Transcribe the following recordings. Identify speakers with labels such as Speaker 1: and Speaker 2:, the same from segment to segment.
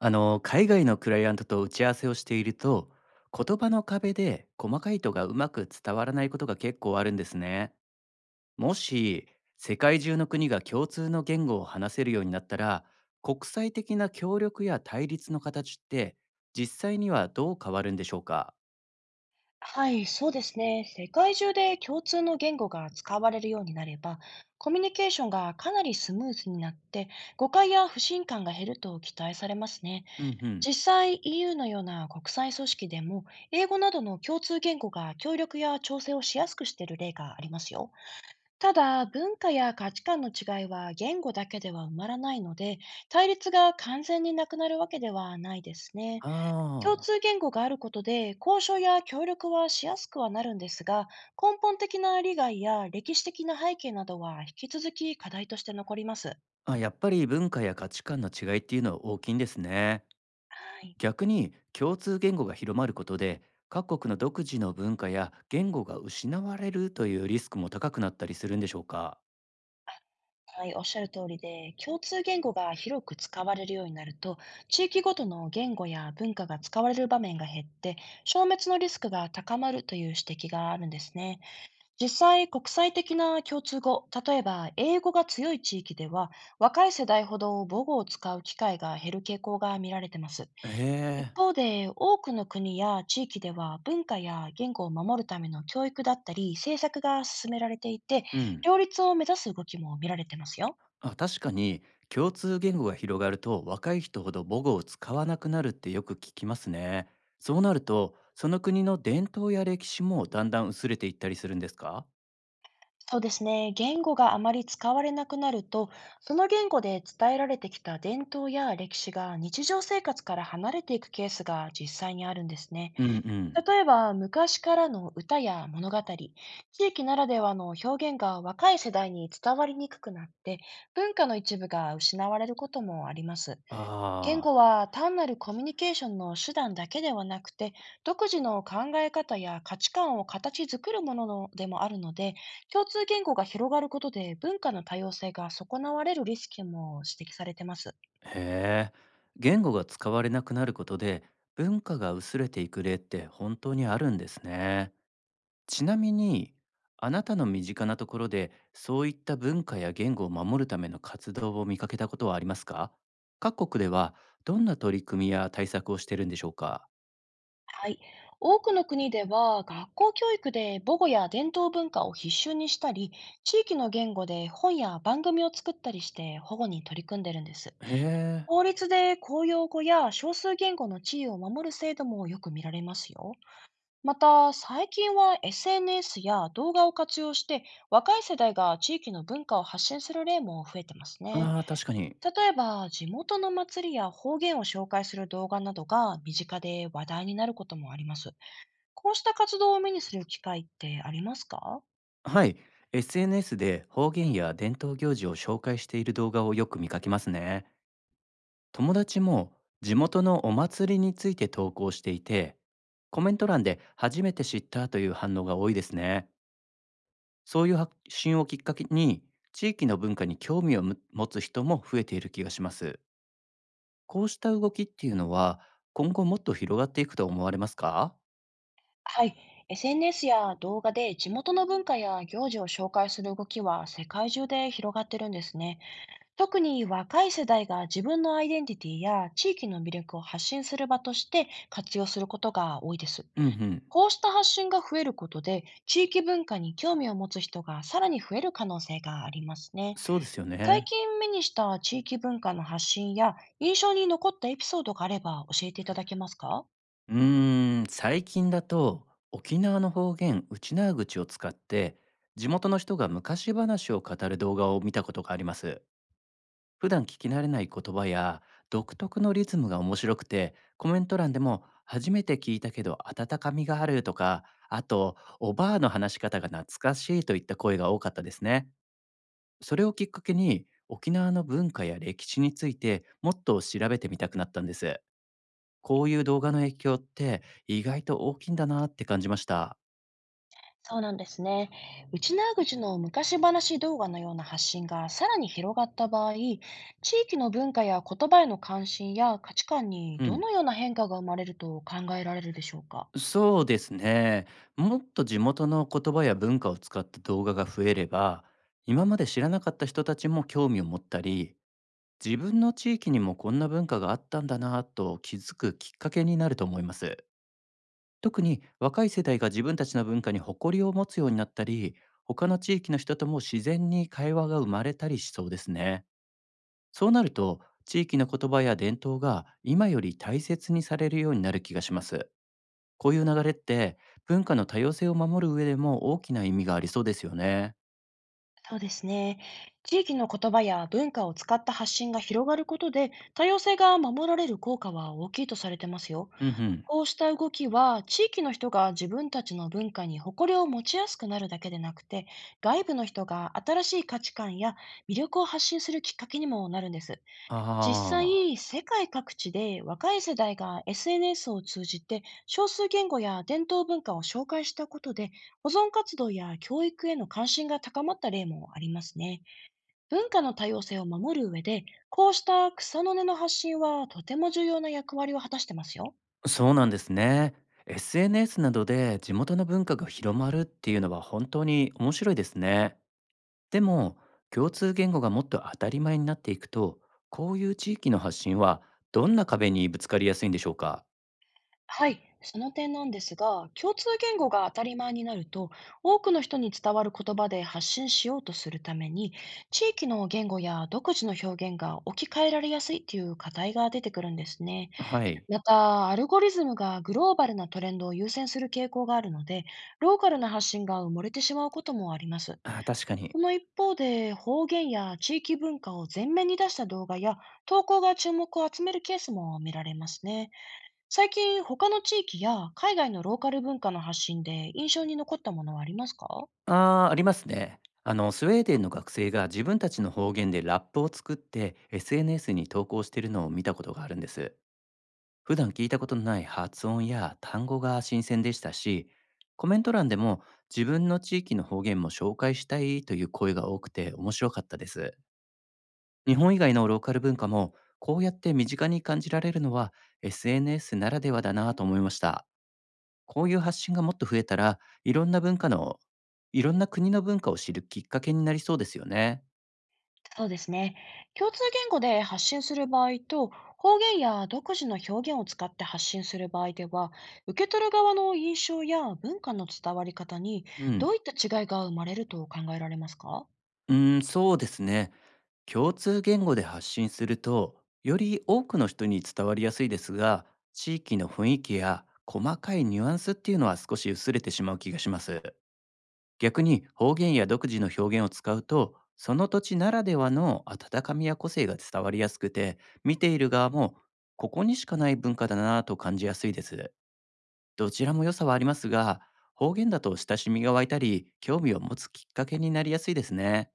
Speaker 1: 海外のクライアントと打ち合わせをしていると、言葉の壁で細かい意図がうまく伝わらないことが結構あるんですね。もし、世界中の国が共通の言語を話せるようになったら、国際的な協力や対立の形って実際にはどう変わるんでしょうか？
Speaker 2: はい、そうですね。世界中で共通の言語が使われるようになれば、コミュニケーションがかなりスムーズになって、誤解や不信感が減ると期待されますね。
Speaker 1: うんうん。
Speaker 2: 実際、EU のような国際組織でも、英語などの共通言語が協力や調整をしやすくしている例がありますよ。ただ、文化や価値観の違いは言語だけでは埋まらないので、対立が完全になくなるわけではないですね。
Speaker 1: あ
Speaker 2: 共
Speaker 1: ー、
Speaker 2: 通言語があることで交渉や協力はしやすくはなるんですが、根本的な利害や歴史的な背景などは引き続き課題として残ります。
Speaker 1: あ、やっぱり文化や価値観の違いっていうのは大きいんですね。
Speaker 2: はい。
Speaker 1: 逆に共通言語が広まることで各国の独自の文化や言語が失われるというリスクも高くなったりするんでしょうか？
Speaker 2: はい、おっしゃる通りで、共通言語が広く使われるようになると、地域ごとの言語や文化が使われる場面が減って、消滅のリスクが高まるという指摘があるんですね。実際、国際的な共通語、例えば英語が強い地域では、若い世代ほど母語を使う機会が減る傾向が見られています。
Speaker 1: へ
Speaker 2: 一
Speaker 1: え、
Speaker 2: 方で、多くの国や地域では文化や言語を守るための教育だったり、政策が進められていて、
Speaker 1: うん、
Speaker 2: 両立を目指す動きも見られてますよ。
Speaker 1: あ、確かに共通言語が広がると若い人ほど母語を使わなくなるってよく聞きますね。そうなるとその国の伝統や歴史もだんだん薄れていったりするんですか？
Speaker 2: そうですね。言語があまり使われなくなると、その言語で伝えられてきた伝統や歴史が日常生活から離れていくケースが実際にあるんですね。
Speaker 1: うんうん。
Speaker 2: 例えば、昔からの歌や物語、地域ならではの表現が若い世代に伝わりにくくなって、文化の一部が失われることもあります。言
Speaker 1: あ
Speaker 2: 語
Speaker 1: あ。
Speaker 2: は単なるコミュニケーションの手段だけではなくて、独自の考え方や価値観を形作るもののでもあるので、共通言語が広がることで文化の多様性が損なわれるリスクも指摘されてます。
Speaker 1: へえ、言語が使われなくなることで文化が薄れていく例って本当にあるんですね。ちなみに、あなたの身近なところでそういった文化や言語を守るための活動を見かけたことはありますか？各国ではどんな取り組みや対策をしてるんでしょうか？
Speaker 2: はい。多くの国では学校教育で母語や伝統文化を必修にしたり、地域の言語で本や番組を作ったりして保護に取り組んでるんです。
Speaker 1: へえ、
Speaker 2: 法律で公用語や少数言語の地位を守る制度もよく見られますよ。また、最近は SNS や動画を活用して若い世代が地域の文化を発信する例も増えてますね。
Speaker 1: ああ、確かに。
Speaker 2: 例えば、地元の祭りや方言を紹介する動画などが身近で話題になることもあります。こうした活動を目にする機会ってありますか？
Speaker 1: はい、SNS で方言や伝統行事を紹介している動画をよく見かけますね。友達も地元のお祭りについて投稿していて、コメント欄で初めて知ったという反応が多いですね。そういう発信をきっかけに地域の文化に興味を持つ人も増えている気がします。こうした動きっていうのは今後もっと広がっていくと思われますか？
Speaker 2: はい。SNS や動画で地元の文化や行事を紹介する動きは世界中で広がってるんですね。特に若い世代が自分のアイデンティティや地域の魅力を発信する場として活用することが多いです。
Speaker 1: うんうん。
Speaker 2: こうした発信が増えることで地域文化に興味を持つ人がさらに増える可能性がありますね。
Speaker 1: そうですよ
Speaker 2: 最
Speaker 1: ね。
Speaker 2: 近目にした地域文化の発信や印象に残ったエピソードがあれば教えていただけますか？
Speaker 1: 最近だと沖縄の方言、内縄口を使って地元の人が昔話を語る動画を見たことがあります。普段聞き慣れない言葉や独特のリズムが面白くて、コメント欄でも初めて聞いたけど温かみがあるとか、あとおばあの話し方が懐かしいといった声が多かったですね。それをきっかけに沖縄の文化や歴史についてもっと調べてみたくなったんです。こういう動画の影響って意外と大きいんだなって感じました。
Speaker 2: そうなんですね。内縄口の昔話動画のような発信がさらに広がった場合、地域の文化や言葉への関心や価値観に
Speaker 1: う
Speaker 2: どの
Speaker 1: ん、
Speaker 2: ような変化が生まれると考えられるでしょうか。
Speaker 1: そうですね。もっと地元の言葉や文化を使った動画が増えれば、今まで知らなかった人たちも興味を持ったり、自分の地域にもこんな文化があったんだなぁと気づくきっかけになると思います。特に若い世代が自分たちの文化に誇りを持つようになったり、他の地域の人とも自然に会話が生まれたりしそうですね。そうなると、地域の言葉や伝統が今より大切にされるようになる気がします。こういう流れって文化の多様性を守る上でも大きな意味がありそうですよね。
Speaker 2: そうですね。地域の言葉や文化を使った発信が広がることで、多様性が守られる効果は大きいとされてますよ。
Speaker 1: うんうん。
Speaker 2: こうした動きは、地域の人が自分たちの文化に誇りを持ちやすくなるだけでなくて、外部の人が新しい価値観や魅力を発信するきっかけにもなるんです。実
Speaker 1: あ
Speaker 2: 際、世界各地で若い世代が SNS を通じて少数言語や伝統文化を紹介したことで、保存活動や教育への関心が高まった例もありますね。文化の多様性を守る上で、こうした草の根の発信はとても重要な役割を果たしてますよ。
Speaker 1: あ、そうなんですね。SNS などで地元の文化が広まるっていうのは本当に面白いですね。でも、共通言語がもっと当たり前になっていくと、こういう地域の発信はどんな壁にぶつかりやすいんでしょうか？
Speaker 2: はい、その点なんですが、共通言語が当たり前になると、多くの人に伝わる言葉で発信しようとするために、地域の言語や独自の表現が置き換えられやすいという課題が出てくるんですね。
Speaker 1: はい。
Speaker 2: また、アルゴリズムがグローバルなトレンドを優先する傾向があるので、ローカルな発信が埋もれてしまうこともあります。
Speaker 1: あー、確かに。
Speaker 2: その一方で、方言や地域文化を前面に出した動画や投稿が注目を集めるケースも見られますね。最近、他の地域や海外のローカル文化の発信で印象に残ったものはありますか？
Speaker 1: あー、ありますね。スウェーデンの学生が自分たちの方言でラップを作って SNS に投稿しているのを見たことがあるんです。普段聞いたことのない発音や単語が新鮮でしたし、コメント欄でも自分の地域の方言も紹介したいという声が多くて面白かったです。日本以外のローカル文化もこうやって身近に感じられるのは SNS ならではだなと思いました。こういう発信がもっと増えたら、いろんな文化の、いろんな国の文化を知るきっかけになりそうですよね。
Speaker 2: そうですね。共通言語で発信する場合と、方言や独自の表現を使って発信する場合では、受け取る側の印象や文化の伝わり方に
Speaker 1: う
Speaker 2: ど
Speaker 1: ん。
Speaker 2: ういった違いが生まれると考えられますか？
Speaker 1: そうですね。共通言語で発信すると、より多くの人に伝わりやすいですが、地域の雰囲気や細かいニュアンスっていうのは少し薄れてしまう気がします。逆に方言や独自の表現を使うと、その土地ならではの温かみや個性が伝わりやすくて、見ている側もここにしかない文化だなぁと感じやすいです。どちらも良さはありますが、方言だと親しみが湧いたり、興味を持つきっかけになりやすいですね。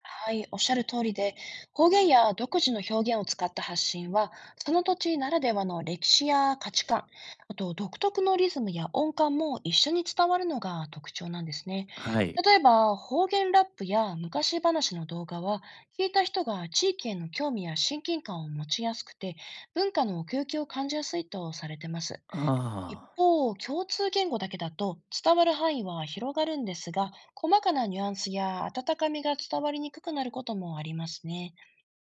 Speaker 2: はい、おっしゃる通りで、方言や独自の表現を使った発信は、その土地ならではの歴史や価値観、あと独特のリズムや音感も一緒に伝わるのが特徴なんですね。
Speaker 1: はい。
Speaker 2: 例えば、方言ラップや昔話の動画は、聞いた人が地域への興味や親近感を持ちやすくて、文化の奥行きを感じやすいとされてます。
Speaker 1: あ
Speaker 2: 一
Speaker 1: あ。
Speaker 2: 方、共通言語だけだと伝わる範囲は広がるんですが、細かなニュアンスや温かみが伝わりにくくなることもありますね。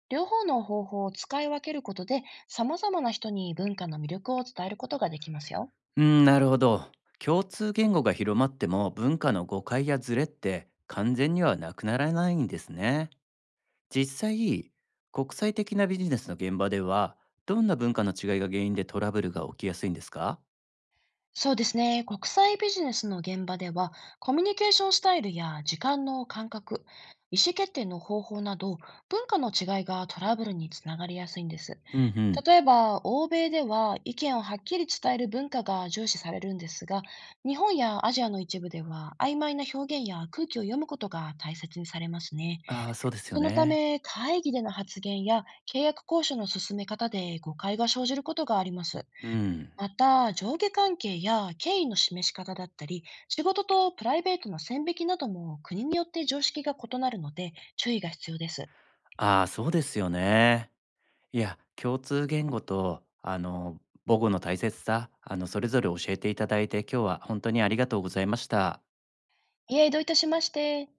Speaker 2: 両方の方法を使い分けることで、様々な人に文化の魅力を伝えることができますよ。
Speaker 1: うん、なるほど。共通言語が広まっても文化の誤解やズレって完全にはなくならないんですね。実際、国際的なビジネスの現場では、どんな文化の違いが原因でトラブルが起きやすいんですか？
Speaker 2: そうですね。国際ビジネスの現場では、コミュニケーションスタイルや時間の感覚、意思決定の方法など、文化の違いがトラブルにつながりやすいんです。
Speaker 1: うんうん。
Speaker 2: 例えば、欧米では意見をはっきり伝える文化が重視されるんですが、日本やアジアの一部では、曖昧な表現や空気を読むことが大切にされますね。
Speaker 1: ああ、そうですよ
Speaker 2: そのた
Speaker 1: ね。
Speaker 2: め、会議での発言や契約交渉の進め方で誤解が生じることがあります。
Speaker 1: うん。
Speaker 2: また、上下関係や敬意の示し方だったり、仕事とプライベートの線引きなども国によって常識が異なるので注意が必要です。
Speaker 1: ああ、そうですよね。いや、共通言語と、母語の大切さ、それぞれ教えていただいて、今日は本当にありがとうございました。
Speaker 2: いえ、どういたしまして。